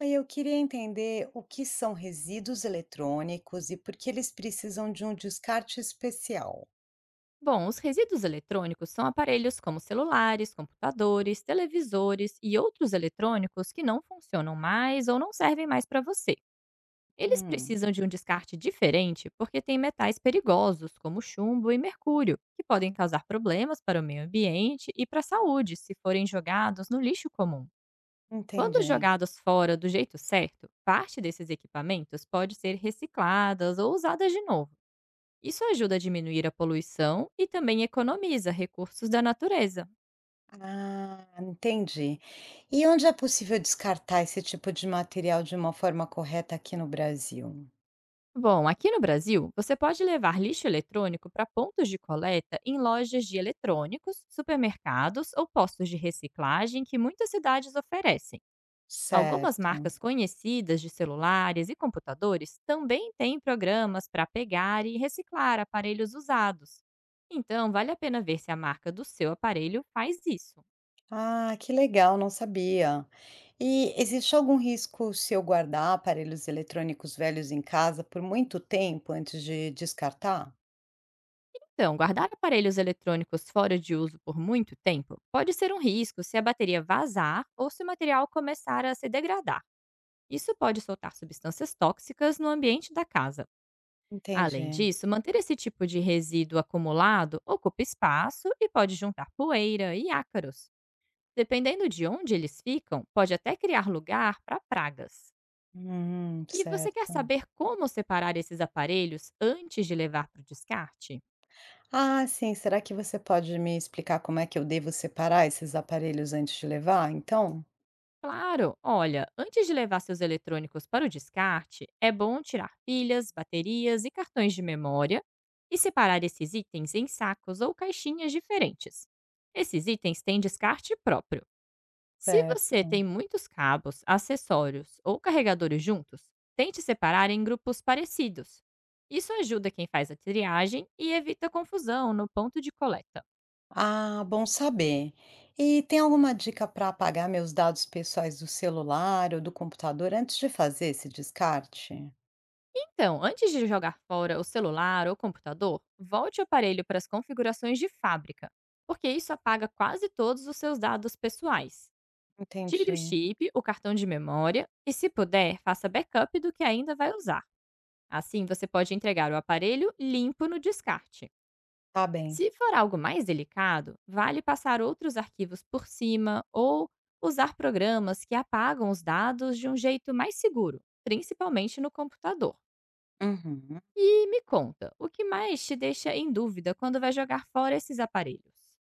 Aí eu queria entender o que são resíduos eletrônicos e por que eles precisam de um descarte especial. Bom, os resíduos eletrônicos são aparelhos como celulares, computadores, televisores e outros eletrônicos que não funcionam mais ou não servem mais para você. Eles Hum. precisam de um descarte diferente porque têm metais perigosos, como chumbo e mercúrio, que podem causar problemas para o meio ambiente e para a saúde se forem jogados no lixo comum. Quando Entendi. jogados fora do jeito certo, parte desses equipamentos pode ser recicladas ou usadas de novo, isso ajuda a diminuir a poluição e também economiza recursos da natureza. Ah, entendi. E onde é possível descartar esse tipo de material de uma forma correta aqui no Brasil? Bom, aqui no Brasil, você pode levar lixo eletrônico para pontos de coleta em lojas de eletrônicos, supermercados ou postos de reciclagem que muitas cidades oferecem. Algumas Certo. marcas conhecidas de celulares e computadores também têm programas para pegar e reciclar aparelhos usados. Então, vale a pena ver se a marca do seu aparelho faz isso. Ah, que legal, não sabia. E existe algum risco se eu guardar aparelhos eletrônicos velhos em casa por muito tempo antes de descartar? Então, guardar aparelhos eletrônicos fora de uso por muito tempo pode ser um risco se a bateria vazar ou se o material começar a se degradar. Isso pode soltar substâncias tóxicas no ambiente da casa. Além Entendi. disso, manter esse tipo de resíduo acumulado ocupa espaço e pode juntar poeira e ácaros. Dependendo de onde eles ficam, pode até criar lugar para pragas. E você quer Certo. saber como separar esses aparelhos antes de levar para o descarte? Ah, sim. Será que você pode me explicar como é que eu devo separar esses aparelhos antes de levar, então? Claro! Olha, antes de levar seus eletrônicos para o descarte, é bom tirar pilhas, baterias e cartões de memória e separar esses itens em sacos ou caixinhas diferentes. Esses itens têm descarte próprio. Se você tem Certo. muitos cabos, acessórios ou carregadores juntos, tente separar em grupos parecidos. Isso ajuda quem faz a triagem e evita confusão no ponto de coleta. Ah, bom saber. E tem alguma dica para apagar meus dados pessoais do celular ou do computador antes de fazer esse descarte? Então, antes de jogar fora o celular ou computador, volte o aparelho para as configurações de fábrica, porque isso apaga quase todos os seus dados pessoais. Tire o Entendi. chip, o cartão de memória e, se puder, faça backup do que ainda vai usar. Assim, você pode entregar o aparelho limpo no descarte. Tá bem. Se for algo mais delicado, vale passar outros arquivos por cima ou usar programas que apagam os dados de um jeito mais seguro, principalmente no computador. Uhum. E me conta, o que mais te deixa em dúvida quando vai jogar fora esses aparelhos?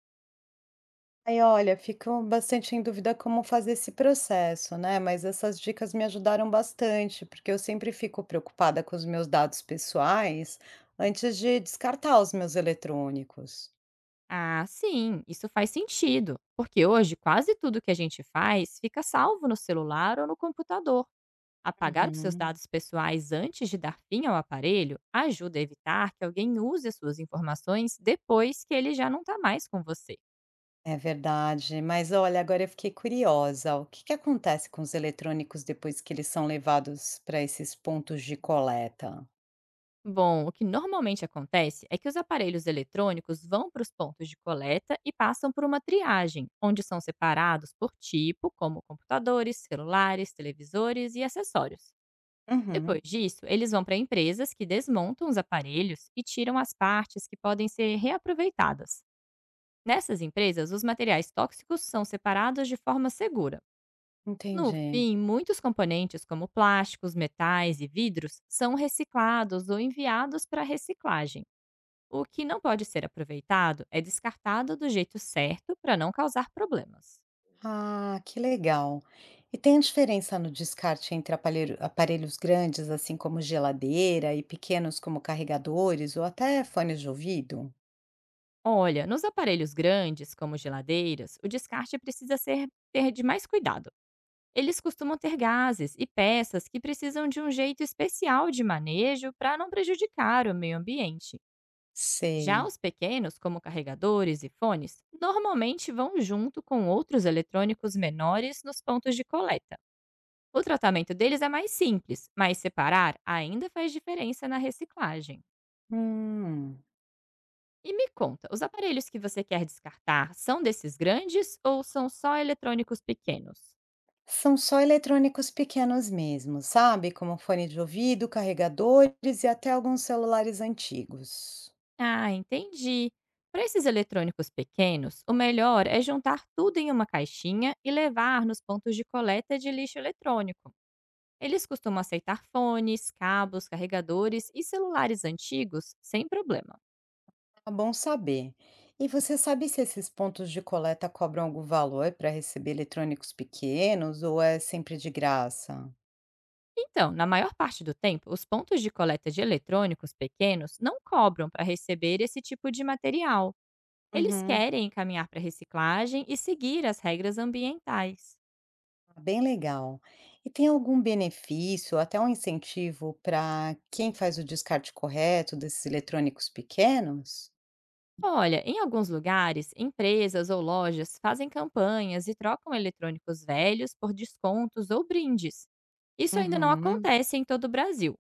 Aí olha, fico bastante em dúvida como fazer esse processo, né, mas essas dicas me ajudaram bastante, porque eu sempre fico preocupada com os meus dados pessoais antes de descartar os meus eletrônicos. Ah, sim, isso faz sentido, porque hoje quase tudo que a gente faz fica salvo no celular ou no computador. Apagar os seus Uhum. dados pessoais antes de dar fim ao aparelho ajuda a evitar que alguém use as suas informações depois que ele já não está mais com você. É verdade, mas olha, agora eu fiquei curiosa, o que que acontece com os eletrônicos depois que eles são levados para esses pontos de coleta? Bom, o que normalmente acontece é que os aparelhos eletrônicos vão para os pontos de coleta e passam por uma triagem, onde são separados por tipo, como computadores, celulares, televisores e acessórios. Depois Uhum. disso, eles vão para empresas que desmontam os aparelhos e tiram as partes que podem ser reaproveitadas. Nessas empresas, os materiais tóxicos são separados de forma segura. No Entendi. fim, muitos componentes, como plásticos, metais e vidros, são reciclados ou enviados para reciclagem. O que não pode ser aproveitado é descartado do jeito certo para não causar problemas. Ah, que legal. E tem diferença no descarte entre aparelhos grandes, assim como geladeira, e pequenos como carregadores ou até fones de ouvido? Olha, nos aparelhos grandes, como geladeiras, o descarte precisa ser ter de mais cuidado. Eles costumam ter gases e peças que precisam de um jeito especial de manejo para não prejudicar o meio ambiente. Já Sei. os pequenos, como carregadores e fones, normalmente vão junto com outros eletrônicos menores nos pontos de coleta. O tratamento deles é mais simples, mas separar ainda faz diferença na reciclagem. Hum. E me conta, os aparelhos que você quer descartar são desses grandes ou são só eletrônicos pequenos? São só eletrônicos pequenos mesmo, sabe? Como fone de ouvido, carregadores e até alguns celulares antigos. Ah, entendi. Para esses eletrônicos pequenos, o melhor é juntar tudo em uma caixinha e levar nos pontos de coleta de lixo eletrônico. Eles costumam aceitar fones, cabos, carregadores e celulares antigos sem problema. Tá bom saber. E você sabe se esses pontos de coleta cobram algum valor para receber eletrônicos pequenos ou é sempre de graça? Então, na maior parte do tempo, os pontos de coleta de eletrônicos pequenos não cobram para receber esse tipo de material. Eles Uhum. querem encaminhar para reciclagem e seguir as regras ambientais. Tá bem legal. E tem algum benefício, até um incentivo para quem faz o descarte correto desses eletrônicos pequenos? Olha, em alguns lugares, empresas ou lojas fazem campanhas e trocam eletrônicos velhos por descontos ou brindes. Isso ainda não Uhum. acontece em todo o Brasil.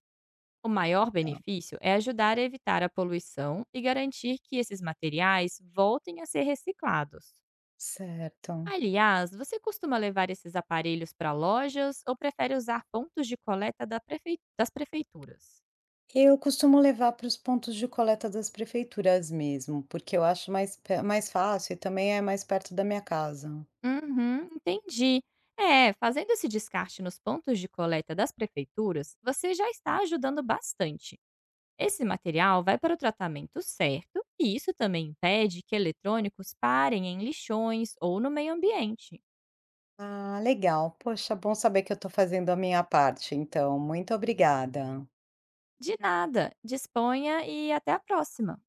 O maior Tá, benefício é ajudar a evitar a poluição e garantir que esses materiais voltem a ser reciclados. certo. Aliás, você costuma levar esses aparelhos para lojas ou prefere usar pontos de coleta da das prefeituras? Eu costumo levar para os pontos de coleta das prefeituras mesmo, porque eu acho mais fácil e também é mais perto da minha casa. Uhum, entendi. É, fazendo esse descarte nos pontos de coleta das prefeituras, você já está ajudando bastante. Esse material vai para o tratamento certo e isso também impede que eletrônicos parem em lixões ou no meio ambiente. Ah, legal. Poxa, bom saber que eu estou fazendo a minha parte, então. Muito obrigada. De nada, disponha e até a próxima!